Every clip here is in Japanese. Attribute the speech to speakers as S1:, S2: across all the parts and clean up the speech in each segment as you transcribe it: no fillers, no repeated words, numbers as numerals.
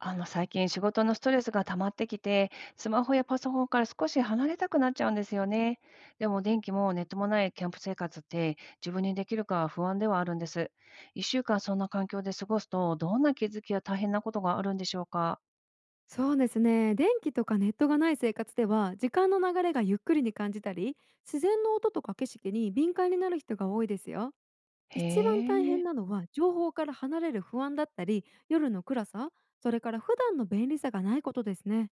S1: 最近仕事のストレスが溜まってきて、スマホやパソコンから少し離れたくなっちゃうんですよね。でも電気もネットもないキャンプ生活って自分にできるか不安ではあるんです。1週間そんな環境で過ごすと、どんな気づきや大変なことがあるんでしょうか。
S2: そうですね、電気とかネットがない生活では時間の流れがゆっくりに感じたり、自然の音とか景色に敏感になる人が多いですよ。
S1: へ
S2: 一番大変
S1: え。
S2: なのは情報から離れる不安だったり、夜の暗さ、それから普段の便利さがないことですね。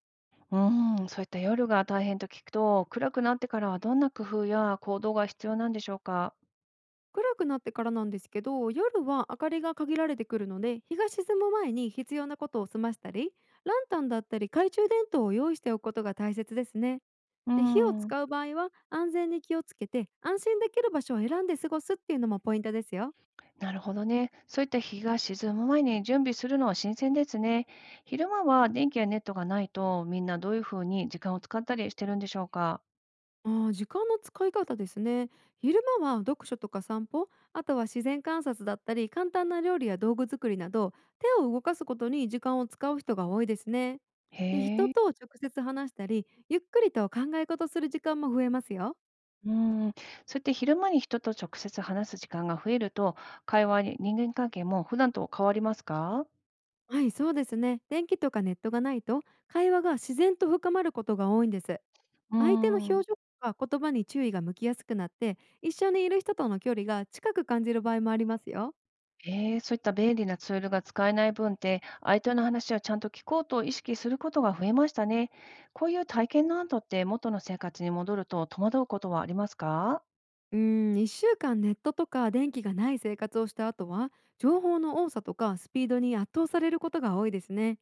S1: うん、そういった夜が大変と聞くと、暗くなってからはどんな工夫や行動が必要なんでしょうか。
S2: 暗くなってからなんですけど、夜は明かりが限られてくるので、日が沈む前に必要なことを済ましたり、ランタンだったり懐中電灯を用意しておくことが大切ですね。
S1: う
S2: で、火を
S1: ん。
S2: 使う場合は安全に気をつけて、安心できる場所を選んで過ごすっていうのもポイントですよ。
S1: なるほどね。そういった日が沈む前に準備するのは新鮮ですね。昼間は電気やネットがないと、みんなどういうふうに時間を使ったりしてるんでしょうか。
S2: 時間の使い方ですね。昼間は読書とか散歩、あとは自然観察だったり、簡単な料理や道具作りなど、手を動かすことに時間を使う人が多いですね。で、
S1: へ
S2: 人
S1: え。
S2: と直接話したり、ゆっくりと考え事する時間も増えますよ。
S1: うん。そうやって昼間に人と直接話す時間が増えると、会話に人間関係も普段と変わりますか。
S2: はい、そうですね。電気とかネットがないと、会話が自然と深まることが多いんです。
S1: う
S2: 相手の表情
S1: ん。
S2: とか言葉に注意が向きやすくなって、一緒にいる人との距離が近く感じる場合もありますよ。
S1: えー、そういった便利なツールが使えない分って、相手の話をちゃんと聞こうと意識することが増えましたね。こういう体験の後って元の生活に戻ると戸惑うことはありますか。
S2: うー1週間ネットとか電気がない生活をした後は、情報の多さとかスピードに圧倒されることが多いですね。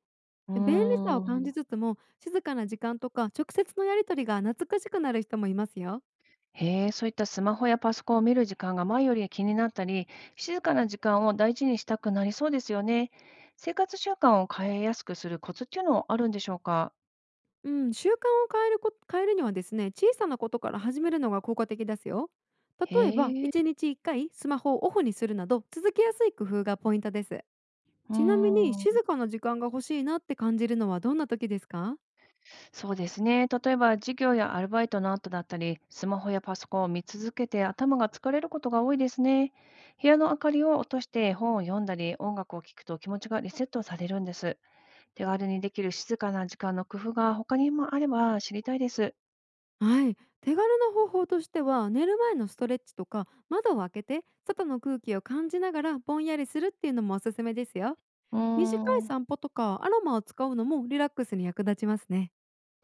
S1: う
S2: 便利さを
S1: ー
S2: 感じ
S1: ん。
S2: つつも、静かな時間とか直接のやり取りが懐かしくなる人もいますよ。
S1: へえ、そういったスマホやパソコンを見る時間が前より気になったり、静かな時間を大事にしたくなりそうですよね。生活習慣を変えやすくするコツっていうのはあるんでしょうか？
S2: うん、習慣を変えるにはですね、小さなことから始めるのが効果的ですよ。例えば
S1: へえ。
S2: 1日1回スマホをオフにするなど、続けやすい工夫がポイントです。
S1: うー
S2: ちなみに、静
S1: ん。
S2: かな時間が欲しいなって感じるのはどんな時ですか？
S1: そうですね。例えば授業やアルバイトの後だったり、スマホやパソコンを見続けて頭が疲れることが多いですね。部屋の明かりを落として本を読んだり、音楽を聴くと気持ちがリセットされるんです。手軽にできる静かな時間の工夫が他にもあれば知りたいです。
S2: はい、手軽な方法としては、寝る前のストレッチとか、窓を開けて外の空気を感じながらぼんやりするっていうのもおすすめですよ。
S1: うー
S2: 短い
S1: ん。
S2: 散歩とかアロマを使うのもリラックスに役立ちますね。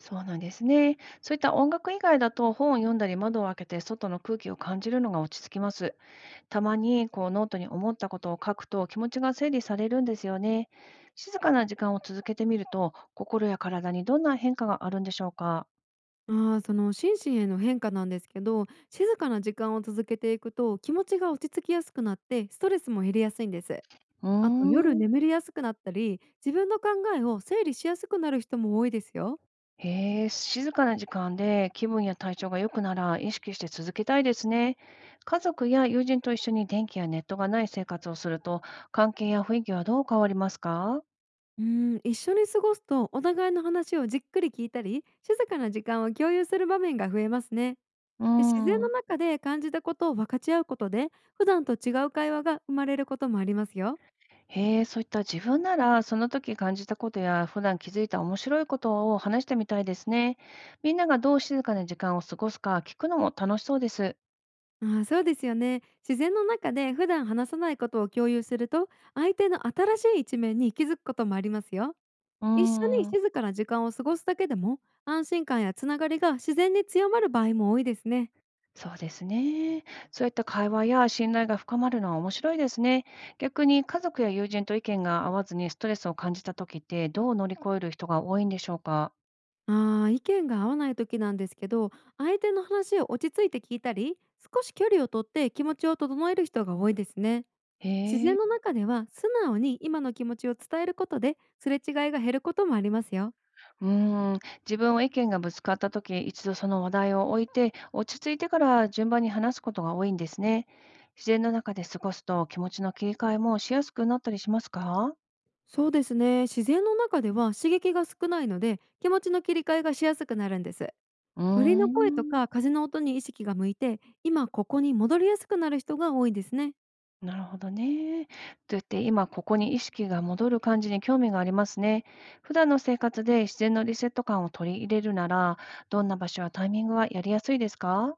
S1: そうなんですね。そういった音楽以外だと本を読んだり窓を開けて外の空気を感じるのが落ち着きます。たまにこうノートに思ったことを書くと気持ちが整理されるんですよね。静かな時間を続けてみると心や体にどんな変化があるんでしょうか。
S2: あその心身への変化なんですけど、静かな時間を続けていくと気持ちが落ち着きやすくなって、ストレスも減りやすいんです。
S1: うー
S2: あと、夜
S1: ん。
S2: 眠りやすくなったり、自分の考えを整理しやすくなる人も多いですよ。
S1: へえ、静かな時間で気分や体調が良くなら意識して続けたいですね。家族や友人と一緒に電気やネットがない生活をすると、関係や雰囲気はどう変わりますか。
S2: うん、一緒に過ごすと、お互いの話をじっくり聞いたり、静かな時間を共有する場面が増えますね。
S1: うー
S2: で、自然
S1: ん。
S2: の中で感じたことを分かち合うことで、普段と違う会話が生まれることもありますよ。
S1: へえ、そういった自分ならその時感じたことや普段気づいた面白いことを話してみたいですね。みんながどう静かな時間を過ごすか聞くのも楽しそうです。
S2: あー、そうですよね。自然の中で普段話さないことを共有すると、相手の新しい一面に気づくこともありますよ。
S1: うー
S2: 一緒に
S1: ん。
S2: 静かな時間を過ごすだけでも、安心感やつながりが自然に強まる場合も多いですね。
S1: そうですね。そういった会話や信頼が深まるのは面白いですね。逆に家族や友人と意見が合わずにストレスを感じた時ってどう乗り越える人が多いんでしょうか。
S2: 意見が合わない時なんですけど、相手の話を落ち着いて聞いたり、少し距離をとって気持ちを整える人が多いですね。
S1: へ
S2: 自
S1: え。
S2: 然の中では素直に今の気持ちを伝えることで、すれ違いが減ることもありますよ。
S1: うーん。自分は意見がぶつかった時、一度その話題を置いて、落ち着いてから順番に話すことが多いんですね。自然の中で過ごすと気持ちの切り替えもしやすくなったりしますか。
S2: そうですね。自然の中では刺激が少ないので、気持ちの切り替えがしやすくなるんです。
S1: うー
S2: 鳥の声とか
S1: ん。
S2: 風の音に意識が向いて、今ここに戻りやすくなる人が多いですね。
S1: なるほどね。とやって今ここに意識が戻る感じに興味がありますね。普段の生活で自然のリセット感を取り入れるなら、どんな場所やタイミングはやりやすいですか。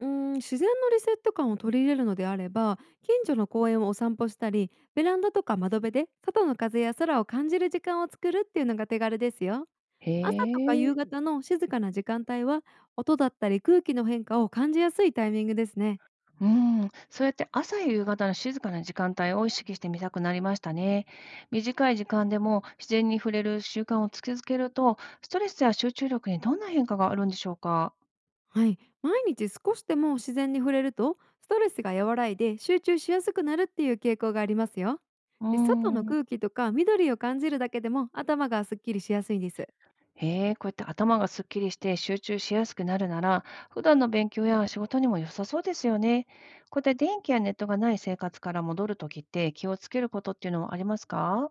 S2: 自然のリセット感を取り入れるのであれば、近所の公園をお散歩したり、ベランダとか窓辺で外の風や空を感じる時間を作るっていうのが手軽ですよ。
S1: へ
S2: 朝とか夕
S1: え。
S2: 方の静かな時間帯は、音だったり空気の変化を感じやすいタイミングですね。
S1: うん、そうやって朝や夕方の静かな時間帯を意識してみたくなりましたね。短い時間でも自然に触れる習慣をつけ続けると、ストレスや集中力にどんな変化があるんでしょうか。
S2: はい、毎日少しでも自然に触れると、ストレスが和らいで集中しやすくなるっていう傾向がありますよ。
S1: う
S2: で、外の
S1: ん。
S2: 空気とか緑を感じるだけでも頭がすっきりしやすいんです。
S1: へえ、こうやって頭がすっきりして集中しやすくなるなら、普段の勉強や仕事にも良さそうですよね。こうやって電気やネットがない生活から戻るときって気をつけることっていうのはありますか。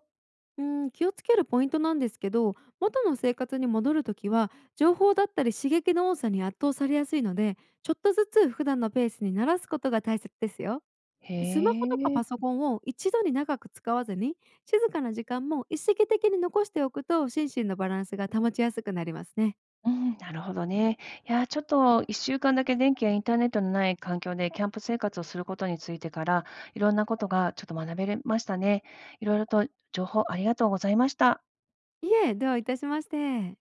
S2: うん、気をつけるポイントなんですけど、元の生活に戻るときは、情報だったり刺激の多さに圧倒されやすいので、ちょっとずつ普段のペースに慣らすことが大切ですよ。
S1: へ
S2: スマホとか
S1: え、
S2: パソコンを一度に長く使わずに、静かな時間も一時的に残しておくと、心身のバランスが保ちやすくなりますね。
S1: うん、なるほどね。いやー、ちょっと1週間だけ電気やインターネットのない環境でキャンプ生活をすることについてから、いろんなことがちょっと学べましたね。いろいろと情報ありがとうございました。
S2: いえ、どういたしまして。